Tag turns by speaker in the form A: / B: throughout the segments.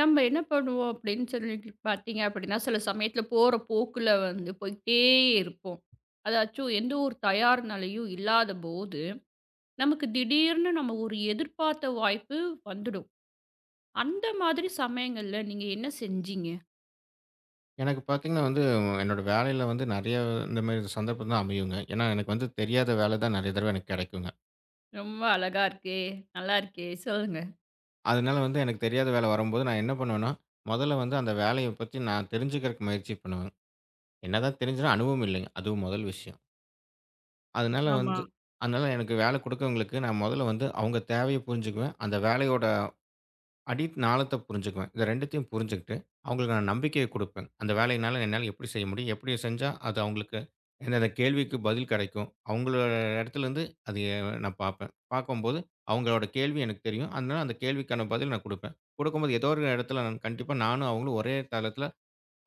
A: நம்ம என்ன பண்ணுவோம் அப்படின்னு சொல்லிட்டு பார்த்தீங்க அப்படின்னா, சில சமயத்தில போற போக்குல வந்து போயிட்டே இருப்போம். அதாச்சும் எந்த ஒரு தயார் நிலையும் இல்லாதபோது, நமக்கு திடீர்னு நம்ம ஒரு எதிர்பார்த்த வாய்ப்பு வந்துடும். அந்த மாதிரி சமயங்கள்ல நீங்க என்ன செஞ்சீங்க?
B: எனக்கு பார்த்தீங்கன்னா வந்து, என்னோட வேலையில வந்து நெறைய இந்த மாரி சந்தர்ப்பம் தான் அமையுங்க. ஏன்னா, எனக்கு வந்து தெரியாத வேலை தான் நெறைய தடவ எனக்கு கெடைக்குங்க.
A: ரொம்ப அழகா இருக்கே! நல்லா இருக்கே! சொல்லுங்க.
B: அதனால வந்து எனக்கு தெரியாத வேலை வரும்போது நான் என்ன பண்ணுவேன்னா, மொதல்ல வந்து அந்த வேலைய பத்தி நான் தெரிஞ்சுக்கிறக்கு முயற்சி பண்ணுவேன். என்னதான் தெரிஞ்சும் அனுபவம் இல்லைங்க. அதுவும் முதல் விஷயம். அதனால
A: ஆமா.
B: வந்து அதனால எனக்கு வேலை குடுக்கவங்களுக்கு நான் மொதல்ல வந்து அவங்க தேவைய புரிஞ்சுக்குவேன். அந்த வேலையோட அடித் நாளத்த புரிஞ்சுக்குவேன். இத 2த்தையும் புரிஞ்சுகிட்டு, அவங்களுக்கு நான் நம்பிக்கைய குடுப்பேன். அந்த வேலையினால என்னால எப்படி செய்ய முடியும்? எப்படி செஞ்சா அது அவங்களுக்கு எந்தெந்த கேள்விக்கு பதில் கெடைக்கும்? அவங்களோட இடத்துலருந்து அது நான் பார்ப்பேன். பார்க்கும்போது அவங்களோட கேள்வி எனக்கு தெரியும். அதனால அந்த கேள்விக்கான பதில் நான் குடுப்பேன். குடுக்கும்போது ஏதோ ஒரு இடத்துல கண்டிப்பா நானும் அவங்களும் ஒரே தளத்தில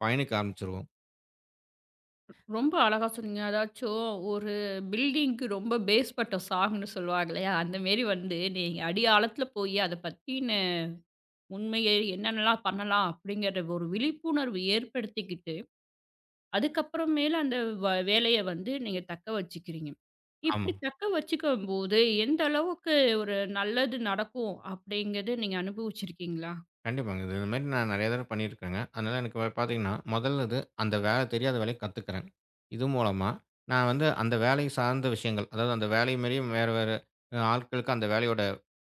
B: பயணிக்க ஆரம்பிச்சுருவோம்.
A: ரொம்ப அழகா சொன்னீங்க. அதாச்சும் ஒரு பில்டிங்க்கு ரொம்ப பேஸ் பட்ட சாங்ன்னு சொல்லுவாங்க இல்லையா? அந்த மாரி வந்து நீங்க அடி ஆழத்தில போய் அத பத்தின உண்மையே என்னென்னலாம் பண்ணலாம் அப்படிங்கிற ஒரு விழிப்புணர்வு ஏற்படுத்திக்கிட்டு, அதுக்கப்புறமேலு அந்த வேலைய வந்து நீங்க தக்க வச்சுக்கிறீங்க.
B: ஆமா.
A: இப்படி தக்க வச்சுக்கும்போது, எந்த அளவுக்கு ஒரு நல்லது நடக்கும் அப்படிங்கிறது நீங்க அனுபவிச்சிருக்கீங்களா?
B: கண்டிப்பாங்க. இது இந்த மாரி நான் நெறைய தடவ பண்ணியிருக்கேங்க. அதனால எனக்கு பார்த்தீங்கன்னா, முதல்லது அந்த வேலை தெரியாத வேலைய கத்துக்கிறேன். இது மூலமா நான் வந்து அந்த வேலை சார்ந்த விஷயங்கள், அதாவது அந்த வேலை மாரியே வேற வேற ஆட்களுக்கு அந்த வேலையோட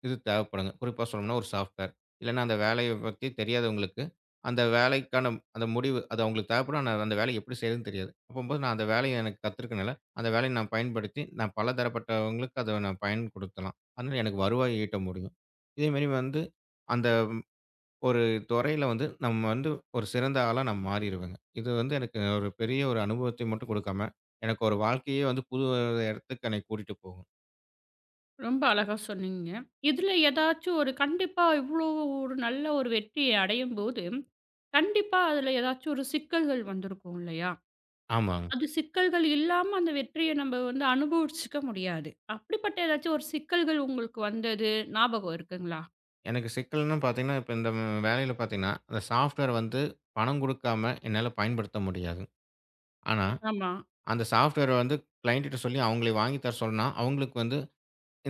B: இது தேவைப்படுங்க. குறிப்பா சொல்லணும்னா ஒரு சாஃப்ட்வேர். இல்லன்னா அந்த வேலைய பத்தி தெரியாதவங்களுக்கு, அந்த வேலைக்கான அந்த முடிவு அது அவங்களுக்கு தேவைப்படும். ஆனா அந்த வேலைய எப்படி செய்றதுன்னு தெரியாது. அப்பம்போது நான் அந்த வேலைய எனக்கு கத்துருக்கனால, அந்த வேலைய நான் பயன்படுத்தி, நான் பல தரப்பட்டவங்களுக்கு அத நான் பயன் கொடுக்கலாம். அதனால எனக்கு வருவாய் ஈட்ட முடியும். இதே மாரி வந்து அந்த ஒரு துறையில வந்து நம்ம வந்து ஒரு சிறந்த ஆளா நான் மாறிருவேங்க. இது வந்து எனக்கு ஒரு பெரிய ஒரு அனுபவத்தை மட்டும் குடுக்காம, எனக்கு ஒரு வாழ்க்கையே வந்து புது இடத்துக்கு என்னை கூட்டிட்டு போகும்.
A: ரொம்ப அழகா சொன்னீங்க. இதுல ஏதாச்சும் ஒரு கண்டிப்பா இவ்வளோ ஒரு நல்ல ஒரு வெற்றிய அடையும்போது, கண்டிப்பா அதுல ஏதாச்சும் ஒரு சிக்கல்கள் வந்திருக்கும் இல்லையா?
B: ஆமாங்க.
A: அது சிக்கல்கள் இல்லாம அந்த வெற்றிய நம்ம வந்து அனுபவிச்சுக்க முடியாது. அப்படிப்பட்ட ஏதாச்சும் ஒரு சிக்கல்கள் உங்களுக்கு வந்தது ஞாபகம் இருக்குங்களா?
B: எனக்கு சிக்கல்ன்னு பார்த்தீங்கன்னா, இப்ப இந்த வேலையில பார்த்தீங்கன்னா, அந்த சாஃப்ட்வேர் வந்து பணம் குடுக்காம என்னால பயன்படுத்த முடியாது. ஆனா,
A: ஆமா.
B: அந்த சாஃப்ட்வேர் வந்து கிளையன்ட் கிட்ட சொல்லி அவங்களே வாங்கி தர சொன்னா, அவங்களுக்கு வந்து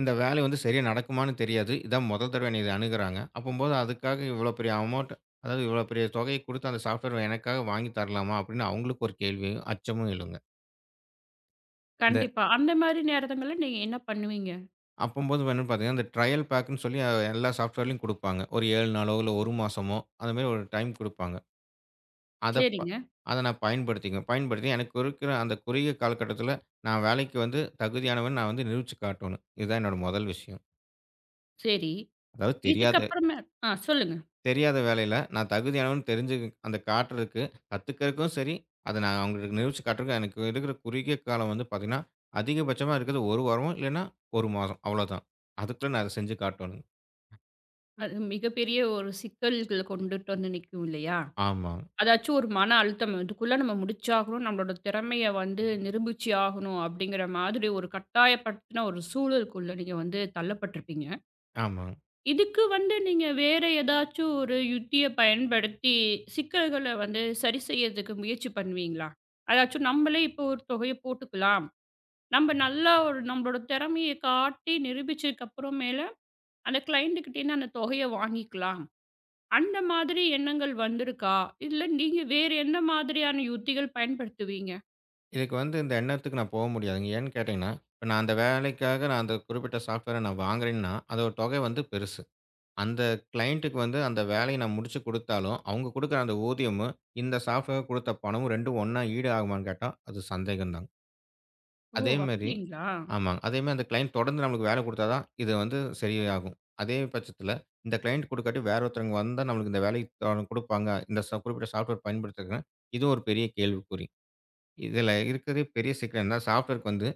B: இந்த வேலை வந்து சரியா நடக்குமான்னு தெரியாது. இதான் முதல் தடவ என்னைய இத அணுகுறாங்க. அப்பம்போது அதுக்காக இவ்வளோ பெரிய அமௌண்ட் அதாவது இவ்வளோ பெரிய தொகைய குடுத்து அந்த சாஃப்ட்வேர் எனக்காக வாங்கி தரலாமா? அப்படின்னு அவங்களுக்கு ஒரு கேள்வியும், அச்சமும் எழுங்க. இந்த
A: கண்டிப்பா. அந்த மாரி நேரங்கள்ல நீங்க என்ன பண்ணுவீங்க?
B: அப்பம்போது என்னன்னு பார்த்தீங்கன்னா, இந்த ட்ரையல் பேக்குன்னு சொல்லி எல்லா சாஃப்ட்வேர்லயும் குடுப்பாங்க. ஒரு 7 நாளோ, இல்ல 1 மாசமோ அந்த மாரி ஒரு டைம் குடுப்பாங்க. அத ப
A: சரிங்க.
B: அத நான் பயன்படுத்திக்குவேன். பயன்படுத்தி எனக்கு இருக்கிற அந்த குறுகிய காலகட்டத்தில நான் வேலைக்கு வந்து தகுதியானவன் நான் வந்து நிரூபிச்சு காட்டணும். இதுதான் என்னோட முதல் விஷயம்.
A: சரி.
B: அதாவது தெரியாத
A: இதுக்கப்புறமே ஆ சொல்லுங்க.
B: தெரியாத வேலையில நான் தகுதியானவன்னு தெரிஞ்சு அந்த காட்டுறதுக்கு, கத்துக்கிறதுக்கும் சரி, அத நான் அவங்களுக்கு நிரூபிச்சு காட்டுறதுக்கும் எனக்கு இருக்கிற குறுகிய காலம் வந்து பார்த்தீங்கன்னா, அதிகபட்சமா இருக்கிறது 1 வாரமும் இல்லன்னா 1 மாதம் அவ்வளோதான். அதுக்குள்ள நான் அத செஞ்சு காட்டணும்.
A: அது மிகப்பெரிய ஒரு சிக்கல்கள கொண்டுட்டு வந்து நிக்கும் இல்லையா?
B: ஆமாங்க,
A: அதாச்சும் ஒரு மன அழுத்தம். இதுக்குள்ள நம்ம முடிச்சாகணும். நம்மளோட திறமைய வந்து நிரூபிச்சு ஆகணும் அப்படிங்கிற மாதிரி ஒரு கட்டாயப்படுத்தின ஒரு சூழலுக்குள்ள நீங்க வந்து தள்ளப்பட்டுருப்பீங்க.
B: ஆமாங்க.
A: இதுக்கு வந்து நீங்க வேற ஏதாச்சும் ஒரு யுத்திய பயன்படுத்தி, சிக்கல்கள வந்து சரி செய்யறதுக்கு முயற்சி பண்ணுவீங்களா? அதாச்சும் நம்மளே இப்போ ஒரு தொகைய போட்டுக்கலாம். நம்ம நல்லா ஒரு நம்மளோட திறமைய காட்டி நிரூபிச்சதுக்கு அப்புறமேல, அந்த கிளையண்ட் கிட்டேருந்து அந்த தொகைய வாங்கிக்கலாம். அந்த மாதிரி எண்ணங்கள் வந்திருக்கா? இல்ல நீங்க வேறு என்ன மாதிரியான யுத்திகள் பயன்படுத்துவீங்க?
B: இதுக்கு வந்து இந்த எண்ணத்துக்கு நான் போக முடியாதுங்க. ஏன்னு கேட்டீங்கன்னா, இப்ப நான் அந்த வேலைக்காக நான் அந்த குறிப்பிட்ட சாஃப்ட்வேர நான் வாங்குறேன்னா, அதோட தொகை வந்து பெருசு. அந்த கிளையன்ட்டுக்கு வந்து அந்த வேலைய நான் முடிச்சு குடுத்தாலும், அவங்க குடுக்குற அந்த ஊதியமும், இந்த சாஃப்ட்வேர் குடுத்த பணமும் 2 ஒண்ணா ஈடு ஆகுமான்னு கேட்டா, அது சந்தேகம் தாங்க.
A: ஓ!
B: அதே மாரி
A: அப்படிங்களா?
B: ஆமாங்க. அதே மாரி அந்த கிளையண்ட் தொடர்ந்து நம்மளுக்கு வேலை குடுத்தா தான், இது வந்து சரியாகும். அதே பட்சத்தில, இந்த கிளையண்ட் குடுக்காட்டி வேற ஒருத்தவங்க வந்தா நம்மளுக்கு இந்த வேலைய குடுப்பாங்க. இந்த குறிப்பிட்ட சாஃப்ட்வேர் பயன்படுத்துறதுனா, இது ஒரு பெரிய கேள்விக்குறி. இதில இருக்கிறதே பெரிய சிக்கல் என்னன்னா, சாஃப்ட்வேருக்கு வந்து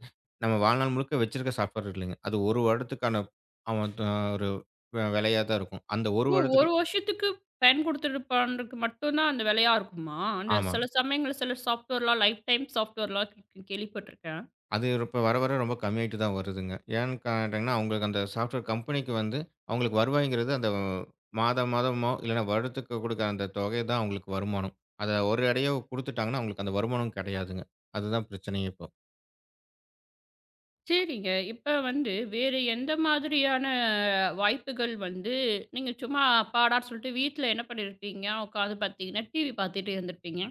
B: நம்ம வாழ்நாள் முழுக்க வச்சிருக்க சாஃப்ட்வேர் இல்லைங்க. அது 1 வருடத்துக்கான அவன் த ஒரு விலையா தான் இருக்கும். அந்த 1
A: ஓ!
B: வருடத்துக்கு
A: 1 வருஷத்துக்கு பயன் கொடுத்துருப்பான்றக்கு மட்டும் தான் அந்த விலையா இருக்குமா? அந்த
B: ஆமா.
A: சில சமயங்கள்ல சில சாஃப்ட்வேர்லாம் லைஃப் டைம் சாஃப்ட்வேர்லாம் கேள்விப்பட்டுருக்கேன்.
B: அது இப்ப வர வர ரொம்ப கம்மியாயிட்டு தான் வருதுங்க. ஏன்னு கேட்டீங்கன்னா, அவங்களுக்கு அந்த சாஃப்ட்வேர் கம்பெனிக்கு வந்து அவங்களுக்கு வருவாய்ங்கிறது அந்த மாதம் மாதமோ இல்லன்னா வருடத்துக்கு குடுக்குற அந்த தொகை தான் அவங்களுக்கு வருமானம். அத ஒரு அடையா குடுத்துட்டாங்கன்னா, அவங்களுக்கு அந்த வருமானம் கிடையாதுங்க. அதுதான் பிரச்சனையே இப்போ.
A: சரிங்க. இப்ப வந்து வேறு எந்த மாதிரியான வாய்ப்புகள் வந்து நீங்க சும்மா அப்பாடான்னு சொல்லிட்டு வீட்ல என்ன பண்ணியிருப்பீங்க? உட்காந்து பார்த்தீங்கன்னா, டிவி பார்த்துட்டு இருந்திருப்பீங்க.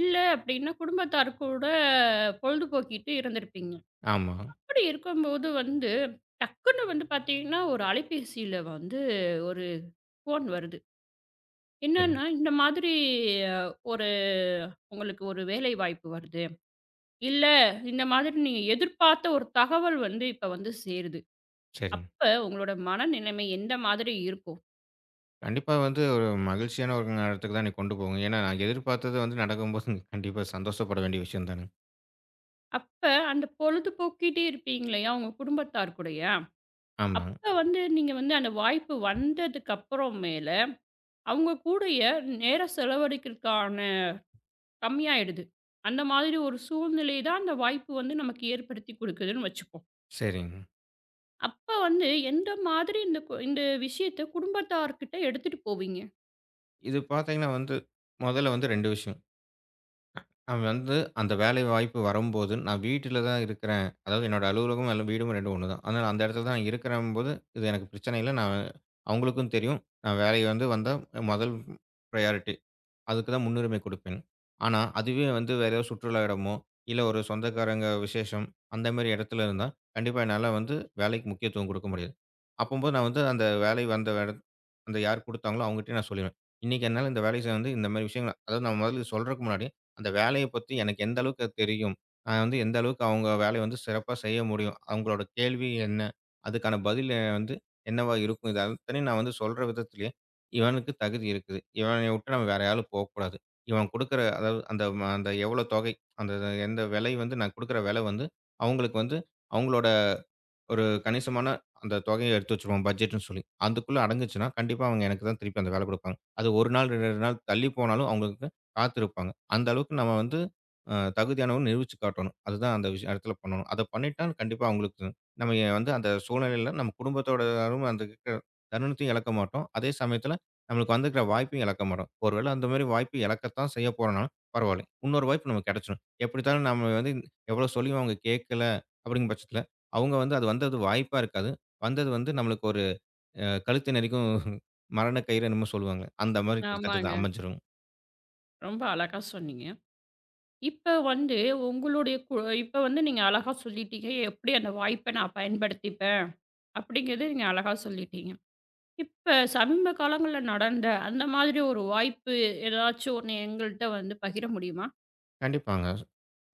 A: இல்ல அப்படின்னா குடும்பத்தார் கூட பொழுதுபோக்கிட்டு இருந்திருப்பீங்க.
B: ஆமா.
A: அப்படி இருக்கும்போது வந்து டக்குன்னு வந்து பார்த்தீங்கன்னா, ஒரு அலைபேசியில வந்து ஒரு ஃபோன் வருது.
B: சரிங்க,
A: என்னன்னா, இந்த மாதிரி அ ஒரு உங்களுக்கு ஒரு வேலை வாய்ப்பு வருது. இல்ல இந்த மாதிரி நீங்க எதிர்பார்த்த ஒரு தகவல் வந்து இப்ப வந்து சேருது.
B: சரிங்க.
A: அப்ப உங்களோட மனநிலைமை எந்த மாதிரி இருக்கும்?
B: கண்டிப்பா வந்து ஒரு மகிழ்ச்சியான ஒரு இடத்துக்கு தான் என்னை கொண்டு போகும். ஏன்னா, நான் எதிர்பார்த்தது வந்து நடக்கும்போது கண்டிப்பா சந்தோஷப்பட வேண்டிய விஷயம் தானே.
A: அப்ப அந்த பொழுதுபோக்கிட்டே இருப்பீங்க இல்லையா? உங்க குடும்பத்தார் கூடயா?
B: ஆமா.
A: அப்ப வந்து நீங்க வந்து அந்த வாய்ப்பு வந்ததுக்கு அப்புறம் மேல, அவங்க கூடய நேரம் செலவழிக்கிறதுக்கான கம்மியாயிடுது. அந்த மாதிரி ஒரு சூழ்நிலை தான் அந்த வாய்ப்பு வந்து நமக்கு ஏற்படுத்தி குடுக்குதுன்னு வச்சுப்போம்.
B: சரிங்க.
A: அப்ப வந்து எந்த மாதிரி இந்த இந்த விஷயத்த குடும்பத்தார்கிட்ட எடுத்துட்டு போவீங்க?
B: இது பார்த்தீங்கன்னா வந்து, முதல்ல வந்து 2 விஷயம். அவன் வந்து அந்த வேலை வாய்ப்பு வரும்போது, நான் வீட்டில தான் இருக்கிறேன். அதாவது என்னோட அலுவலகமும் எல்லா வீடும் 2 ஒண்ணு தான். அதனால அந்த இடத்துல தான் இருக்கிறம்போது, இது எனக்கு பிரச்சனை இல்ல. நான் அவங்களுக்கும் தெரியும். நான் வேலை வந்து வந்தா முதல் பிரையாரிட்டி. அதுக்கு தான் முன்னுரிமை குடுப்பேன். ஆனா, அதுவே வந்து வேற ஏதாவது சுற்றுலா இடமோ, இல்ல ஒரு சொந்தக்காரங்க விசேஷம் அந்த மாரி இடத்துல இருந்தா, கண்டிப்பா என்னால வந்து வேலைக்கு முக்கியத்துவம் குடுக்க முடியாது. அப்பம்போது நான் வந்து அந்த வேலை வந்த இடத் அந்த யார் குடுத்தாங்களோ அவங்ககிட்டயே நான் சொல்லிருவேன். இன்னைக்கு என்னால இந்த வேலைய வந்து இந்த மாரி விஷயங்கள் அதாவது நான் முதல்ல சொல்றதுக்கு முன்னாடி, அந்த வேலைய பத்தி எனக்கு எந்த அளவுக்கு அது தெரியும்? நான் வந்து எந்த அளவுக்கு அவங்க வேலைய வந்து சிறப்பா செய்ய முடியும்? அவங்களோட கேள்வி என்ன? அதுக்கான பதில் வந்து என்னவா இருக்கும்? இது அத்தனையும் நான் வந்து சொல்ற விதத்திலேயே, இவனுக்கு தகுதி இருக்குது. இவனைய விட்டு நம்ம வேற யாரும் போக்கூடாது. இவன் குடுக்குற அதாவது அந்த அந்த எவ்வளோ தொகை? அந்த எந்த விலை வந்து நான் குடுக்குற விலை வந்து, அவங்களுக்கு வந்து அவங்களோட ஒரு கணிசமான அந்த தொகைய எடுத்து வச்சுருவோம் பட்ஜெட்ன்னு சொல்லி. அதுக்குள்ள அடங்குச்சுன்னா, கண்டிப்பா அவங்க எனக்கு தான் திருப்பி அந்த வேல குடுப்பாங்க. அது 1 நாள், 2 நாள் தள்ளி போனாலும் அவங்களுக்கு காத்திருப்பாங்க. அந்த அளவுக்கு நம்ம வந்து தகுதியானவன்னு நிரூபிச்சு காட்டணும். அதுதான் அந்த விஷய இடத்துல பண்ணணும். அத பண்ணிட்டா கண்டிப்பா அவங்களுக்கு நம்ம வந்து அந்த சூழ்நிலையில நம்ம குடும்பத்தோட அரும் அந்த இருக்கிற தருணத்தையும் இழக்க மாட்டோம். அதே சமயத்தில நம்மளுக்கு வந்திருக்கிற வாய்ப்பையும் இழக்க மாட்டோம். ஒரு வேள அந்த மாரி வாய்ப்பு இழக்கத்தான் செய்ய போறோம்னாலும் பரவால்ல. இன்னொரு வாய்ப்பு நமக்கு கெடைச்சிடும். எப்படித்தாலும் நம்ம வந்து எவ்வளோ சொல்லியும் அவங்க கேட்கல அப்படிங்கிற பட்சத்தில அவங்க வந்து அது வந்தது வாய்ப்பா இருக்காது. வந்தது வந்து நம்மளுக்கு ஒரு கழுத்து நெரிக்கும் மரண கயிறு என்னமோ சொல்லுவாங்க. அந்த மாரி கிட்டத்தட்ட
A: ஆமாங்க.
B: அமைஞ்சிரும்.
A: ரொம்ப அழகா சொன்னீங்க. இப்ப வந்து உங்களுடைய இப்ப வந்து நீங்க அழகா சொல்லிட்டீங்க. எப்படி அந்த வாய்ப்ப நான் பயன்படுத்திப்பேன், அப்படிங்கிறத நீங்க அழகா சொல்லிட்டீங்க. இப்ப சமீப காலங்கள்ல நடந்த அந்த மாதிரி ஒரு வாய்ப்பு ஏதாச்சும் ஒண்ணு எங்கள்ட்ட வந்து பகிர முடியுமா?
B: கண்டிப்பாங்க.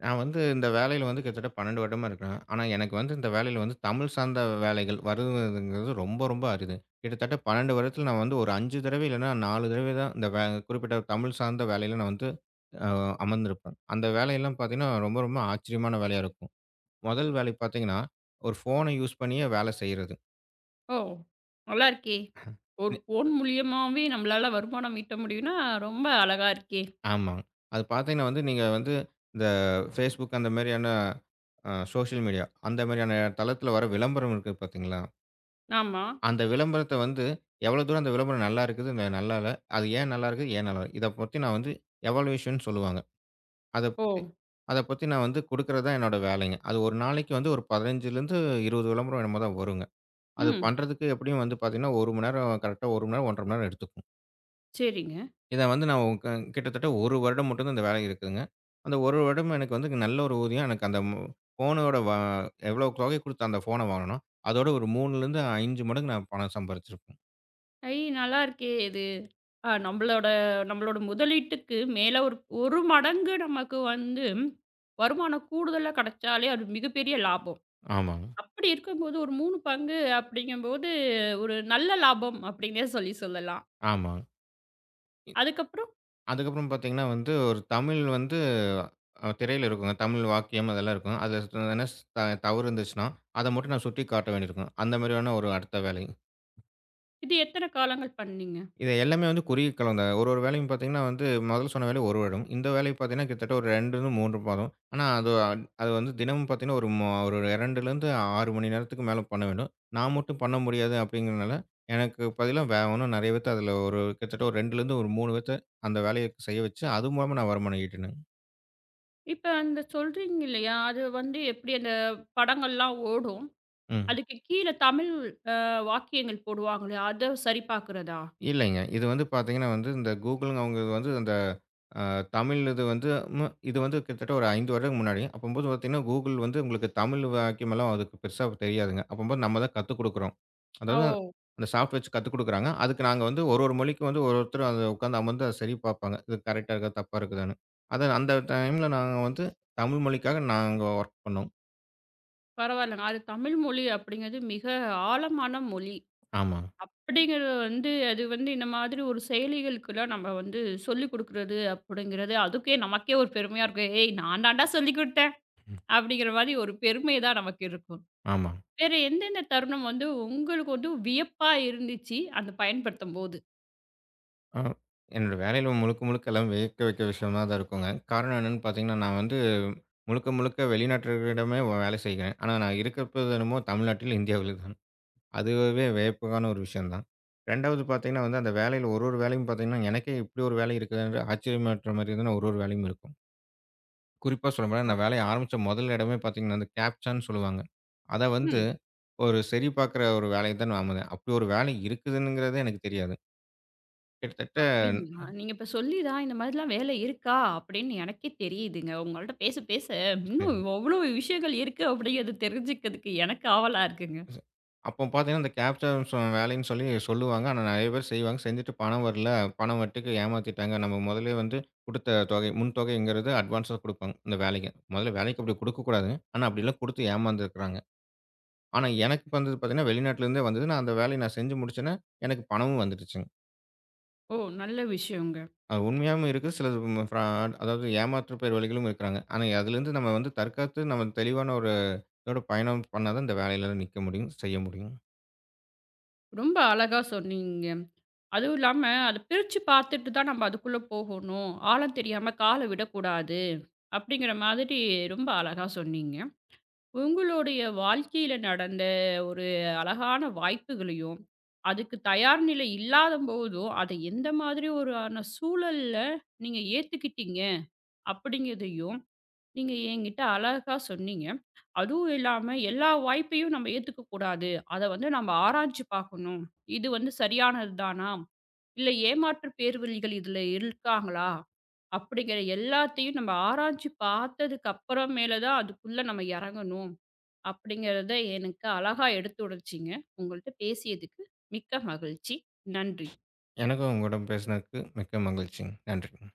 B: நான் வந்து இந்த வேலையில வந்து கிட்டத்தட்ட 12 வருடமா இருக்கிறேன். ஆனா, எனக்கு வந்து இந்த வேலையில வந்து தமிழ் சார்ந்த வேலைகள் வருவதுங்கிறது ரொம்ப ரொம்ப அரிது. கிட்டத்தட்ட 12 வருடத்துல நான் வந்து ஒரு 5 தடவை இல்லன்னா 4 தடவை தான் இந்த குறிப்பிட்ட தமிழ் சார்ந்த வேலையில நான் வந்து அ அமர்ந்திருப்பேன். அந்த வேலையெல்லாம் பார்த்தீங்கன்னா, ரொம்ப ரொம்ப ஆச்சரியமான வேலையா இருக்கும். முதல் வேலை பார்த்தீங்கன்னா, ஒரு ஃபோன யூஸ் பண்ணியே வேலை செய்றது.
A: ஓ! நல்லா இருக்கே. ஒரு ஃபோன் மூலியமாவே நம்மளால வருமானம் ஈட்ட முடியும்னா, ரொம்ப அழகா இருக்கே.
B: ஆமாங்க. அது பார்த்தீங்கன்னா வந்து, நீங்க வந்து இந்த Facebook அந்த மாரியான சோஷியல் மீடியா, அந்த மாரியான தளத்தில வர விளம்பரம் இருக்கு பார்த்தீங்களா?
A: ஆமா.
B: அந்த விளம்பரத்த வந்து எவ்வளோ தூரம் அந்த விளம்பரம் நல்லா இருக்குது, நல்லா இல்ல. அது ஏன் நல்லா இருக்குது, ஏன் நல்லா இல்ல. இத பத்தி நான் வந்து எவாலுவேஷன்னு சொல்லுவாங்க. அத
A: ஓ!
B: பத்தி அத பத்தி நான் வந்து குடுக்குறது தான் என்னோட வேலைங்க. அது ஒரு நாளைக்கு வந்து ஒரு 15லிருந்து 20 விளம்பரம் என்னமோ தான் வருங்க. அது
A: ம்.
B: பண்றதுக்கு எப்படியும் வந்து பார்த்தீங்கன்னா, 1 மணி நேரம் கரெக்ட்டா 1 மணி நேரம், 1 1/2 மணி நேரம் எடுத்துக்கும்.
A: சரிங்க.
B: இத வந்து நான் உ க கிட்டத்தட்ட 1 வருடம் மட்டும் தான் இந்த வேலை இருக்குதுங்க. அந்த 1 வருடம் எனக்கு வந்து நல்ல ஒரு ஊதியம். எனக்கு அந்த ஃபோனோட எவ்வளோ தொகை குடுத்து அந்த ஃபோன வாங்குனேனோ, அதோட ஒரு 3லிருந்து 5 மடங்கு நான் பணம் சம்பாரிச்சிருப்பேன்.
A: ஐ! நல்லா இருக்கே இது. நம்மளோட நம்மளோட முதலீட்டுக்கு மேல ஒரு ஒரு மடங்கு நமக்கு வந்து வருமானம் கூடுதலா கிடைச்சாலே அது மிகப்பெரிய லாபம்.
B: ஆமாங்க,
A: அப்படி இருக்கும்போது ஒரு 3 பங்கு அப்படிங்கும்போது ஒரு நல்ல லாபம் அப்படின்னே சொல்லி சொல்லலாம்.
B: ஆமாங்க. இ
A: அதுக்கப்புறம்
B: அதுக்கப்புறம் பார்த்தீங்கன்னா வந்து, ஒரு தமிழ் வந்து திரையில இருக்குங்க. தமிழ் வாக்கியம் அதெல்லாம் இருக்கும். அது ஸ் எதனா ஸ் த தவறு இருந்துச்சுன்னா, அத மட்டும் நான் சுட்டிக்காட்ட வேண்டியிருக்கும். அந்த மாதிரியான ஒரு அடுத்த வேலை.
A: இது எத்தன காலங்கள் பண்ணீங்க?
B: இது எல்லாமே வந்து குறுகிய காலம் தான். ஒரு ஒரு வேலையும் பார்த்தீங்கன்னா வந்து முதல்ல சொன்ன வேலை 1 வருடம். இந்த வேலை பார்த்தீங்கன்னா கிட்டத்தட்ட ஒரு 2-3 மாதம். ஆனா அது அது வந்து தினமும் பார்த்தீங்கன்னா ஒரு ஒரு 2-6 மணி நேரத்துக்கு மேல பண்ண வேண்டும். நான் மட்டும் பண்ண முடியாது அப்படிங்கிறனால, எனக்கு பதிலா வேற இன்னும் நிறைய பேத்த அதில ஒரு கிட்டத்தட்ட ஒரு 2 - ஒரு 3 பேத்த அந்த வேலைய செய்ய வச்சு, அது மூலமா நான் வருமானம் ஈட்டினேங்க.
A: இப்ப அந்த சொல்றீங்க இல்லையா? அது வந்து எப்படி அந்த படங்கள்லாம் ஓடும்.
B: ம்.
A: அதுக்கு கீழ தமிழ் அ வாக்கியங்கள் போடுவாங்களே, அத சரி பார்க்கிறதா?
B: இல்லைங்க. இது வந்து பார்த்தீங்கன்னா வந்து, இந்த கூகுள்ங்க அவங்க வந்து அந்த அ தமிழ் இது வந்து கிட்டத்தட்ட ஒரு 5 வருடத்துக்கு முன்னாடி. அப்பம்போது பார்த்தீங்கன்னா, கூகுள் வந்து உங்களுக்கு தமிழ் வாக்கியமெல்லாம் அதுக்கு பெருசா தெரியாதுங்க. அப்பம்போது நம்ம தான் கத்துக் குடுக்குறோம்.
A: ஓ!
B: அதாவது அந்த சாஃப்ட்வேர் வச்சு கத்துக் குடுக்குறாங்க. அதுக்கு நாங்க வந்து ஒரு ஒரு மொழிக்கும் வந்து ஒரு ஒருத்தர் அத உட்காந்து அமர்ந்து அத சரி பார்ப்பாங்க. இது கரெக்ட்டா இருக்கா? தப்பா இருக்குதான்னு. அத அந்த டைம்ல நாங்க வந்து தமிழ் மொழிக்காக நாங்க வொர்க் பண்ணோம்.
A: பரவாயில்லங்க. அது தமிழ் மொழி அப்படிங்கிறது மிக ஆழமான மொழி.
B: ஆமா,
A: அப்படிங்கிறது வந்து அது வந்து இந்த மாதிரி ஒரு செயலிகளுக்கெல்லாம் நம்ம வந்து சொல்லிக் குடுக்குறது அப்படிங்கிறது, அதுக்கே நமக்கே ஒரு பெருமையா இருக்கும். "ஏய் நான் தான்டா சொல்லிக் குடுத்தேன்." அப்படிங்கிற மாதிரி ஒரு பெருமை தான் நமக்கு இருக்கும்.
B: ஆமா.
A: வேற எந்தெந்த தருணம் வந்து உங்களுக்கு வந்து வியப்பா இருந்துச்சு, அத பயன்படுத்தும்போது?
B: ஆ. என்னோட வேலையில முழுக்க, முழுக்க எல்லாம் வியக்க வைக்க விஷயமா தான் இருக்குங்க. காரணம் என்னன்னு பார்த்தீங்கன்னா, நான் வந்து முழுக்க, முழுக்க வெளிநாட்டவர்களிடமே வேலை செய்கிறேன். ஆனா, நான் இருக்கப்போது என்னமோ தமிழ்நாட்டில், இந்தியாவில் தான். அதுவே வியப்புக்கான ஒரு விஷயம் தான். 2வது பார்த்தீங்கன்னா வந்து, அந்த வேலையில ஒரு ஒரு வேலையும் பார்த்தீங்கன்னா, எனக்கே இப்படி ஒரு வேலை இருக்குதுன்ற ஆச்சரியமாட்டுற மாரி தான் ஒரு ஒரு வேலையும் இருக்கும். குறிப்பா சொல்லப்போனா, நான் வேலைய ஆரம்பிச்ச முதல் இடமே பார்த்தீங்கன்னா, அந்த கேப்சான்னு சொல்லுவாங்க. அத வந்து
A: ம்.
B: ஒரு சரி பார்க்குற ஒரு வேலைய தான் நான் அமதேன். அப்படி ஒரு வேலை இருக்குதுங்கிறதே எனக்கு தெரியாது. கிட்டத்தட்ட
A: அப்படிங்களா? நீங்க இப்ப சொல்லி தான் இந்த மாதிரிலாம் வேலை இருக்கா? அப்படின்னு எனக்கே தெரியுதுங்க. உங்கள்ட்ட பேச பேச
B: சரி.
A: இன்னும் அவ்ளோ விஷயங்கள் இருக்கு அப்படிங்கிறது தெரிஞ்சுக்கிறதுக்கு எனக்கு ஆவலா இருக்குங்க.
B: ச- அப்போ பார்த்தீங்கன்னா, இந்த கேப்ச்சர் வேலைன்னு சொல்லி சொல்லுவாங்க. ஆனா நெறைய பேர் செய்வாங்க. செஞ்சுட்டு பணம் வரல. பணம் வரட்டுக்கு ஏமாத்திட்டாங்க. நம்ம முதலே வந்து குடுத்த தொகை முன் தொகைங்கிறது அட்வான்ஸா குடுப்பாங்க, இந்த வேலைக்கு. முதல்ல வேலைக்கு அப்படி குடுக்கக்கூடாதுங்க. ஆனா அப்படிலாம் குடுத்து ஏமாந்துருக்கிறாங்க. ஆனா எனக்கு வந்தது பார்த்தீங்கன்னா, வெளிநாட்டிலேருந்தே வந்தது. நான் அந்த வேலைய நான் செஞ்சு முடிச்சேன்னா, எனக்கு பணமும் வந்துடுச்சுங்க.
A: ஓ! நல்ல விஷயங்க.
B: அது உண்மையாவும் இருக்கு. சிலது ஃப்ராட் அதாவது ஏமாற்று பேர் வழிகளும் இருக்கிறாங்க. ஆனா அதிலேருந்து நம்ம வந்து தற்காத்து நம்ம தெளிவான ஒரு இதோட பயணம் பண்ணா தான் இந்த வேலையில நிக்க முடியும், செய்ய முடியும்.
A: ரொம்ப அழகா சொன்னீங்க. அதுவும் இல்லாம அத பிரிச்சு பார்த்துட்டு தான் நம்ம அதுக்குள்ள போகணும். ஆழம் தெரியாம கால விடக்கூடாது. அப்படிங்கிற மாதிரி ரொம்ப அழகா சொன்னீங்க. உங்களுடைய வாழ்க்கையில நடந்த ஒரு அழகான வாய்ப்புகளையும், அதுக்கு தயார் நிலை இல்லாதபோதும், அதை எந்த மாதிரி ஒரான சூழல்ல நீங்க ஏத்துக்கிட்டீங்க? அப்படிங்கிறதையும், நீங்க என்கிட்ட அழகா சொன்னீங்க. அதுவும் இல்லாம, "எல்லா வாய்ப்பையும் நம்ம ஏத்துக்கக்கூடாது. அத வந்து நம்ம ஆராய்ஞ்சு பார்க்கணும். இது வந்து சரியானது தானா?" இல்ல ஏமாற்று பேர்வழிகள் இதுல இருக்காங்களா? அப்படிங்கிற எல்லாத்தையும் நம்ம ஆராய்ஞ்சு பார்த்ததுக்கு அப்புறமேல தான் அதுக்குள்ள நம்ம இறங்கணும். அப்படிங்கிறத எனக்கு அழகா எடுத்துரைச்சீங்க. உங்கள்ட்ட பேசியதுக்கு மிக்க மகிழ்ச்சி. நன்றி.
B: எனக்கும் உங்களிடம் பேசினதுக்கு மிக்க மகிழ்ச்சிங்க. நன்றிங்க.